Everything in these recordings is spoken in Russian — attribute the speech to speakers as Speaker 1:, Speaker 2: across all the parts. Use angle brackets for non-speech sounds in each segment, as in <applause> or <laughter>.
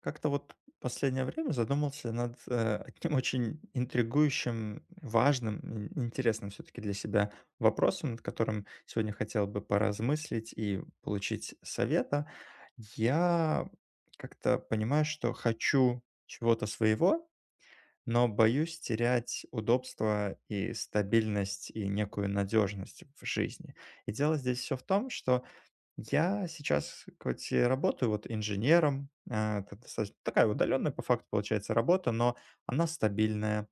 Speaker 1: Как-то вот последнее время задумался над одним очень интригующим, важным, интересным все-таки для себя вопросом, над которым сегодня хотел бы поразмыслить и получить совета. Я как-то понимаю, что хочу чего-то своего, но боюсь терять удобство и стабильность и некую надежность в жизни. И дело здесь все в том, что я сейчас хоть и работаю вот инженером, это достаточно такая удаленная по факту получается работа, но она стабильная.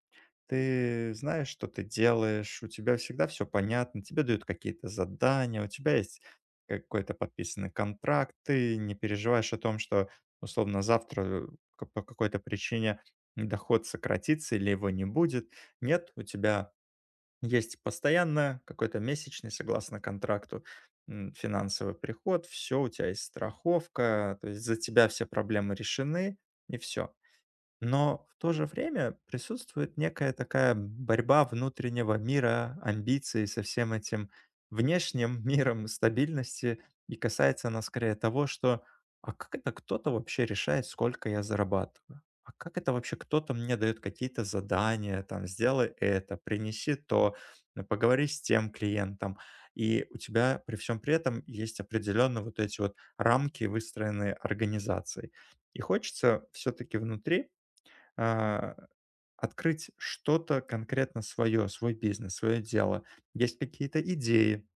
Speaker 1: Ты знаешь, что ты делаешь, у тебя всегда все понятно, тебе дают какие-то задания, у тебя есть какой-то подписанный контракт, ты не переживаешь о том, что условно завтра по какой-то причине доход сократится или его не будет. Нет, у тебя есть постоянно какой-то месячный, согласно контракту, финансовый приход. Все у тебя есть страховка, то есть за тебя все проблемы решены и все. Но в то же время присутствует некая такая борьба внутреннего мира, амбиций со всем этим внешним <laughs> миром стабильности. И касается она скорее того, что а как это кто-то вообще решает, сколько я зарабатываю? А как это вообще кто-то мне дает какие-то задания, там, сделай это, принеси то, ну, поговори с тем клиентом. И у тебя при всем при этом есть определенно вот эти вот рамки, выстроенные организацией. И хочется все-таки внутри а, открыть что-то конкретно свое, свой бизнес, свое дело. Есть какие-то идеи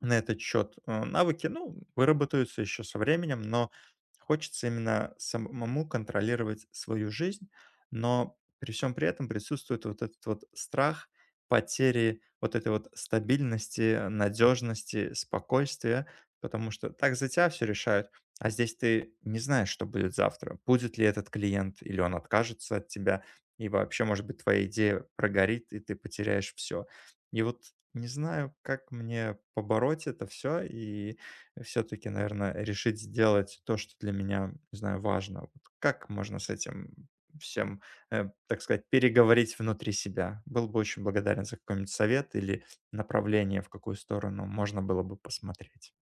Speaker 1: на этот счет, навыки, ну, выработаются еще со временем, но хочется именно самому контролировать свою жизнь, но при всем при этом присутствует вот этот вот страх потери вот этой вот стабильности, надежности, спокойствия, потому что так за тебя все решают, а здесь ты не знаешь, что будет завтра, будет ли этот клиент или он откажется от тебя, и вообще, может быть, твоя идея прогорит, и ты потеряешь все. И вот не знаю, как мне побороть это все и все таки, наверное, решить сделать то, что для меня, не знаю, важно. Вот как можно с этим всем, так сказать, переговорить внутри себя? Был бы очень благодарен за какой-нибудь совет или направление, в какую сторону можно было бы посмотреть.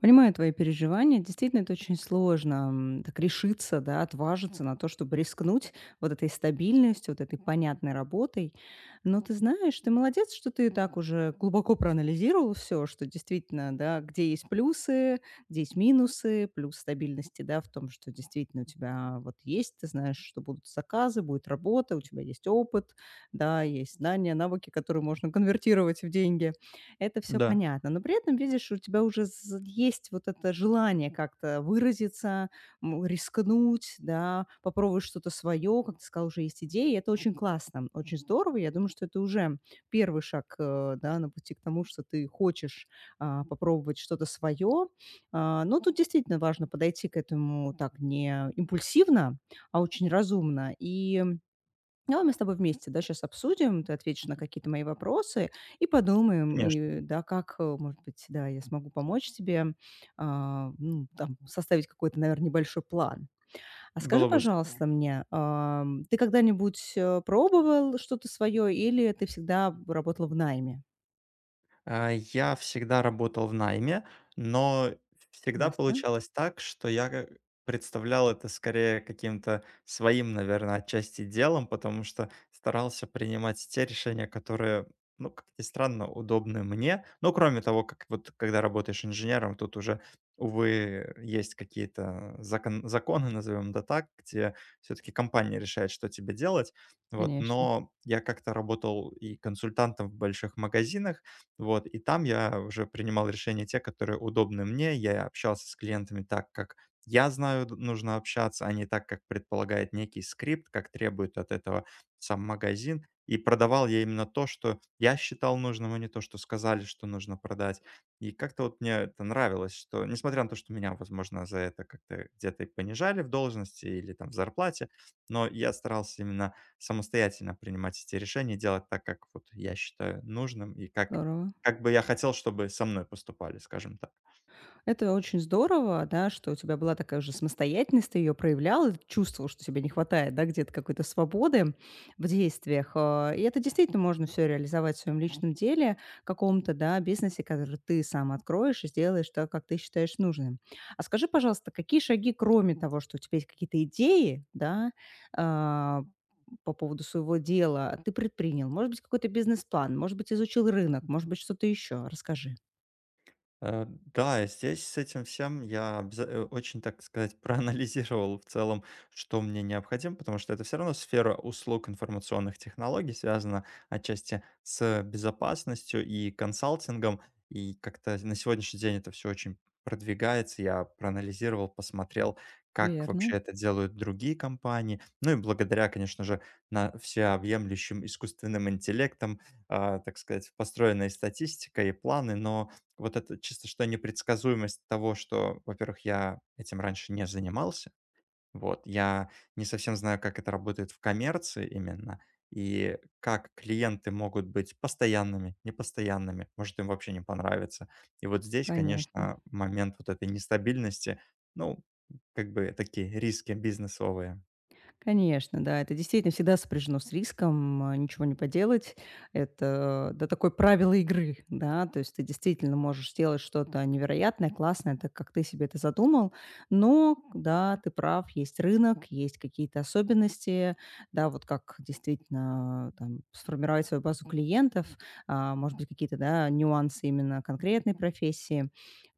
Speaker 2: Понимаю твои переживания. Действительно, это очень сложно так решиться, да, отважиться на то, чтобы рискнуть вот этой стабильностью, вот этой понятной работой. Но ты знаешь, ты молодец, что ты так уже глубоко проанализировал все, что действительно, да, где есть плюсы, где есть минусы, плюс стабильности, да, в том, что действительно у тебя вот есть, ты знаешь, что будут заказы, будет работа, у тебя есть опыт, да, есть знания, навыки, которые можно конвертировать в деньги. Это все
Speaker 1: Да,
Speaker 2: понятно. Но при этом, видишь, у тебя уже з есть вот это желание как-то выразиться, рискнуть, да, попробовать что-то свое, как ты сказал, уже есть идеи, и это очень классно, очень здорово. Я думаю, что это уже первый шаг, да, на пути к тому, что ты хочешь, попробовать что-то свое. Но тут действительно важно подойти к этому так не импульсивно, а очень разумно. И давай мы с тобой вместе, да, сейчас обсудим, ты ответишь на какие-то мои вопросы и подумаем,
Speaker 1: конечно,
Speaker 2: и, да, как, может быть, да, я смогу помочь тебе, ну, там, составить какой-то, наверное, небольшой план. А скажи,
Speaker 1: было бы супер.
Speaker 2: пожалуйста, мне, ты когда-нибудь, пробовал что-то свое или ты всегда работала в найме?
Speaker 1: А, я всегда работал в найме, но всегда
Speaker 2: Ясно,
Speaker 1: получалось так, что я ка представлял это скорее каким-то своим, наверное, отчасти делом, потому что старался принимать те решения, которые, ну, как ни странно, удобны мне. Ну, кроме того, как вот когда работаешь инженером, тут уже, увы, есть какие-то законы, назовем это так, где все-таки компания решает, что тебе делать. Вот,
Speaker 2: конечно.
Speaker 1: но я как-то работал и консультантом в больших магазинах, вот, и там я уже принимал решения те, которые удобны мне. Я общался с клиентами так, как я знаю, нужно общаться, а не так, как предполагает некий скрипт, как требует от этого сам магазин. И продавал я именно то, что я считал нужным, а не то, что сказали, что нужно продать. И как-то вот мне это нравилось, что, несмотря на то, что меня, возможно, за это как-то где-то и понижали в должности или там в зарплате, но я старался именно самостоятельно принимать эти решения, делать так, как вот я считаю нужным и
Speaker 2: Здорово.
Speaker 1: как бы я хотел, чтобы со мной поступали, скажем так.
Speaker 2: Это очень здорово, да, что у тебя была такая уже самостоятельность, ты ее проявлял, и ты чувствовал, что тебе не хватает, да, где-то какой-то свободы в действиях. И это действительно можно все реализовать в своем личном деле, каком-то, да, бизнесе, который ты сам откроешь и сделаешь так, как ты считаешь нужным. А скажи, пожалуйста, какие шаги, кроме того, что у тебя есть какие-то идеи, да, а, по поводу своего дела, ты предпринял? Может быть, какой-то бизнес-план, может быть, изучил рынок, может быть, что-то еще? Расскажи.
Speaker 1: Э, да, здесь с этим всем я очень, так сказать, <laughs> проанализировал в целом, что мне необходимо, потому что это все равно сфера услуг информационных технологий, связана отчасти с безопасностью и консалтингом. И как-то на сегодняшний день это все очень продвигается. Я проанализировал, посмотрел, как
Speaker 2: Верно,
Speaker 1: вообще это делают другие компании. Ну и благодаря, конечно же, на всеобъемлющим искусственным интеллектом, так сказать, построенная статистика и планы, но вот это чисто что непредсказуемость того, что, во-первых, я этим раньше не занимался. Вот, я не совсем знаю, как это работает в коммерции именно, и как клиенты могут быть постоянными, непостоянными, может, им вообще не понравится. И вот здесь,
Speaker 2: понятно.
Speaker 1: конечно, момент вот этой нестабильности, ну, как бы такие риски бизнесовые.
Speaker 2: Конечно, да, это действительно всегда сопряжено с риском, ничего не поделать. Это, да, такое правило игры, да, то есть ты действительно можешь сделать что-то невероятное, классное, так как ты себе это задумал, но, да, ты прав, есть рынок, есть какие-то особенности, да, вот как действительно там сформировать свою базу клиентов, может быть, какие-то, да, нюансы именно конкретной профессии.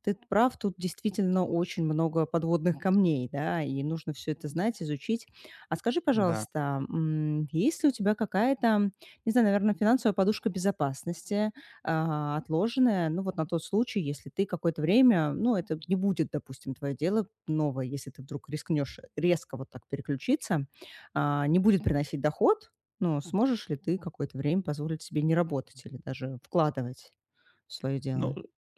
Speaker 2: Ты прав, тут действительно очень много подводных камней, да, и нужно все это знать, изучить. А скажи,
Speaker 1: Да.
Speaker 2: пожалуйста, есть ли у тебя какая-то, не знаю, наверное, финансовая подушка безопасности, отложенная, ну, вот на тот случай, если ты какое-то время, ну, это не будет, допустим, твое дело новое, если ты вдруг рискнешь резко вот так переключиться, не будет приносить доход, но сможешь ли ты какое-то время позволить себе не работать или даже вкладывать в свое
Speaker 1: Ну,
Speaker 2: дело?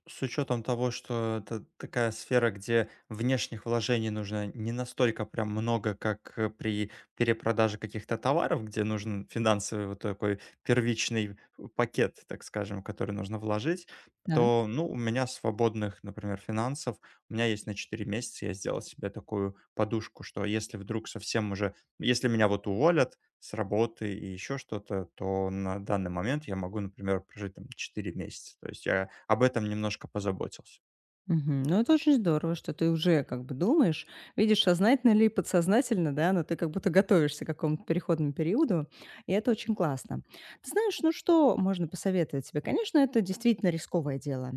Speaker 1: с учетом того, что это такая сфера, где внешних вложений нужно не настолько прям много, как при перепродаже каких-то товаров, где нужен финансовый вот такой первичный пакет, так скажем, который нужно вложить, то, ну, у меня свободных, например, финансов, у меня есть на 4 месяца, я сделал себе такую подушку, что если вдруг совсем уже, если меня вот уволят с работы и еще что-то, то на данный момент я могу, например, прожить там 4 месяца. То есть я об этом немножко позаботился.
Speaker 2: Мгм. Ну, это очень здорово, что ты уже как бы думаешь, видишь, сознательно ли, подсознательно, да, но ты как будто готовишься к какому-то переходному периоду, и это очень классно. Ты знаешь, ну что можно посоветовать тебе? Конечно, это действительно рисковое дело.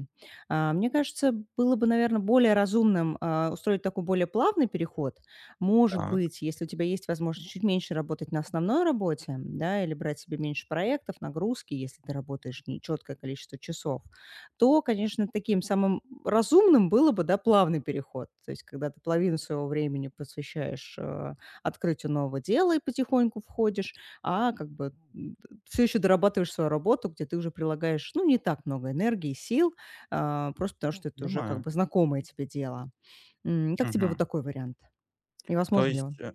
Speaker 2: Мне кажется, было бы, наверное, более разумным устроить такой более плавный переход. Может
Speaker 1: Так,
Speaker 2: быть, если у тебя есть возможность чуть меньше работать на основной работе, да, или брать себе меньше проектов, нагрузки, если ты работаешь нечеткое количество часов, то, конечно, таким самым разумным было бы, да, плавный переход. То есть когда ты половину своего времени посвящаешь, открытию нового дела и потихоньку входишь, а как бы, все еще дорабатываешь свою работу, где ты уже прилагаешь, ну, не так много энергии и сил, просто потому что это уже как
Speaker 1: понимаю.
Speaker 2: бы знакомое тебе дело. Как тебе вот
Speaker 1: Мгм.
Speaker 2: такой вариант? И
Speaker 1: То
Speaker 2: возможен ли
Speaker 1: есть
Speaker 2: он?
Speaker 1: э,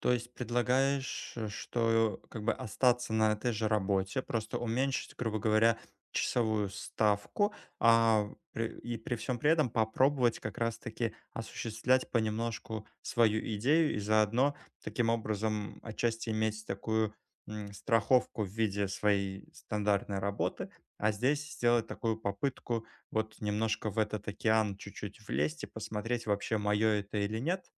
Speaker 1: То есть предлагаешь, что как бы остаться на этой же работе, просто уменьшить, грубо говоря, часовую ставку, а и при всем при этом попробовать как раз-таки осуществлять понемножку свою идею и заодно таким образом отчасти иметь такую страховку в виде своей стандартной работы, а здесь сделать такую попытку вот немножко в этот океан чуть-чуть влезть и посмотреть вообще мое это или нет.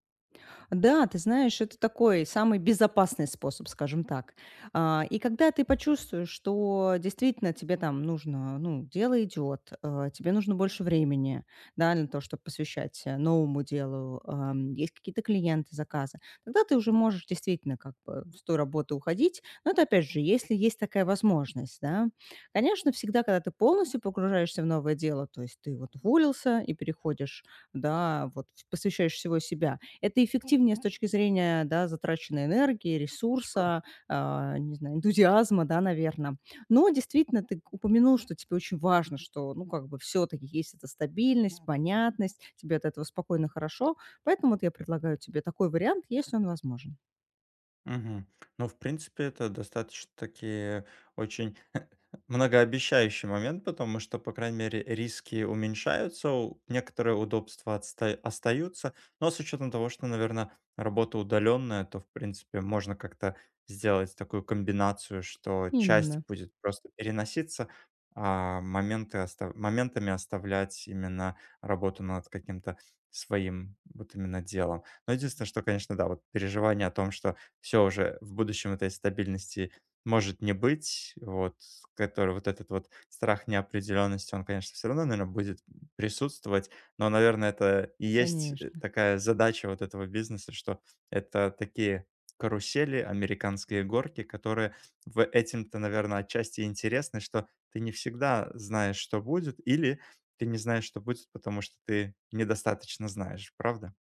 Speaker 2: Да, ты знаешь, это такой самый безопасный способ, скажем так. И когда ты почувствуешь, что действительно тебе там нужно, ну, дело идет, тебе нужно больше времени, да, на то, чтобы посвящать новому делу, есть какие-то клиенты, заказы, тогда ты уже можешь действительно как бы с той работы уходить. Но это опять же, если есть такая возможность, да. Конечно, всегда, когда ты полностью погружаешься в новое дело, то есть ты вот уволился и переходишь, да, вот посвящаешь всего себя, это эффективнее с точки зрения, да, затраченной энергии, ресурса, не знаю, энтузиазма, да, наверно. Но действительно, ты упомянул, что тебе очень важно, что, ну, как бы все таки есть эта стабильность, понятность, тебе от этого спокойно, хорошо. Поэтому вот я предлагаю тебе такой вариант, если он возможен.
Speaker 1: Мгм. Ну, в принципе, это достаточно-таки очень <laughs> многообещающий момент, потому что, по крайней мере, риски уменьшаются, некоторые удобства остаются. Но с учетом того, что, наверное, работа удаленная, то, в принципе, можно как-то сделать такую комбинацию, что часть
Speaker 2: Именно,
Speaker 1: будет просто переноситься, а моментами оставлять именно работу над каким-то своим вот именно делом. Но единственное, что, конечно, да, вот переживание о том, что все уже в будущем этой стабильности может не быть, вот, который вот этот вот страх неопределенности, он, конечно, все равно, наверное, будет присутствовать, но, наверное, это и есть,
Speaker 2: конечно.
Speaker 1: такая задача вот этого бизнеса, что это такие карусели, американские горки, которые в этим-то, наверное, отчасти интересны, что ты не всегда знаешь, что будет, или ты не знаешь, что будет, потому что ты недостаточно знаешь, правда?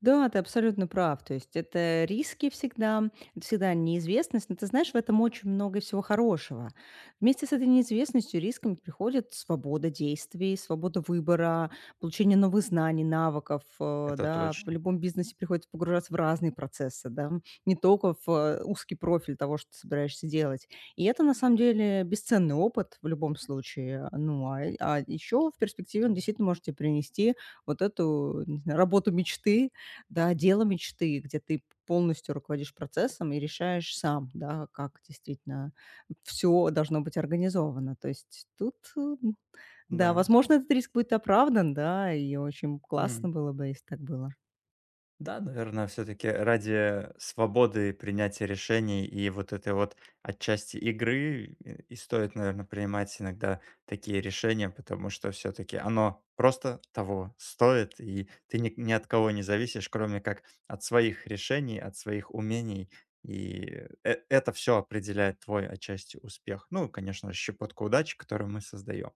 Speaker 2: Да, ты абсолютно прав. То есть это риски всегда, это всегда неизвестность. Но ты знаешь, в этом очень много всего хорошего. Вместе с этой неизвестностью, рисками приходит свобода действий, свобода выбора, получение новых знаний, навыков.
Speaker 1: Это
Speaker 2: Да. В
Speaker 1: точно.
Speaker 2: любом бизнесе приходится погружаться в разные процессы, да, не только в узкий профиль того, что ты собираешься делать. И это, на самом деле, бесценный опыт в любом случае. Ну, а еще в перспективе он действительно может тебе принести вот эту не знаю, работу мечты, да, дело мечты, где ты полностью руководишь процессом и решаешь сам, да, как действительно все должно быть организовано. То есть тут,
Speaker 1: Да.
Speaker 2: да, возможно, этот риск будет оправдан, да, и очень классно было бы, если так было.
Speaker 1: Да, наверное, все-таки ради свободы принятия решений и вот этой вот отчасти игры и стоит, наверное, принимать иногда такие решения, потому что все-таки оно просто того стоит, и ты ни от кого не зависишь, кроме как от своих решений, от своих умений, и это все определяет твой отчасти успех. Ну, конечно, щепотка удачи, которую мы создаем.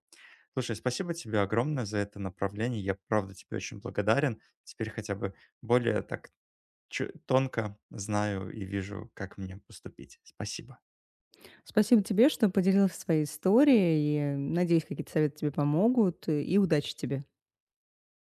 Speaker 1: Слушай, спасибо тебе огромное за это направление. Я правда тебе очень благодарен. Теперь хотя бы более так тонко знаю и вижу, как мне поступить. Спасибо.
Speaker 2: Спасибо тебе, что поделилась своей историей. И, надеюсь, какие-то советы тебе помогут, и удачи тебе.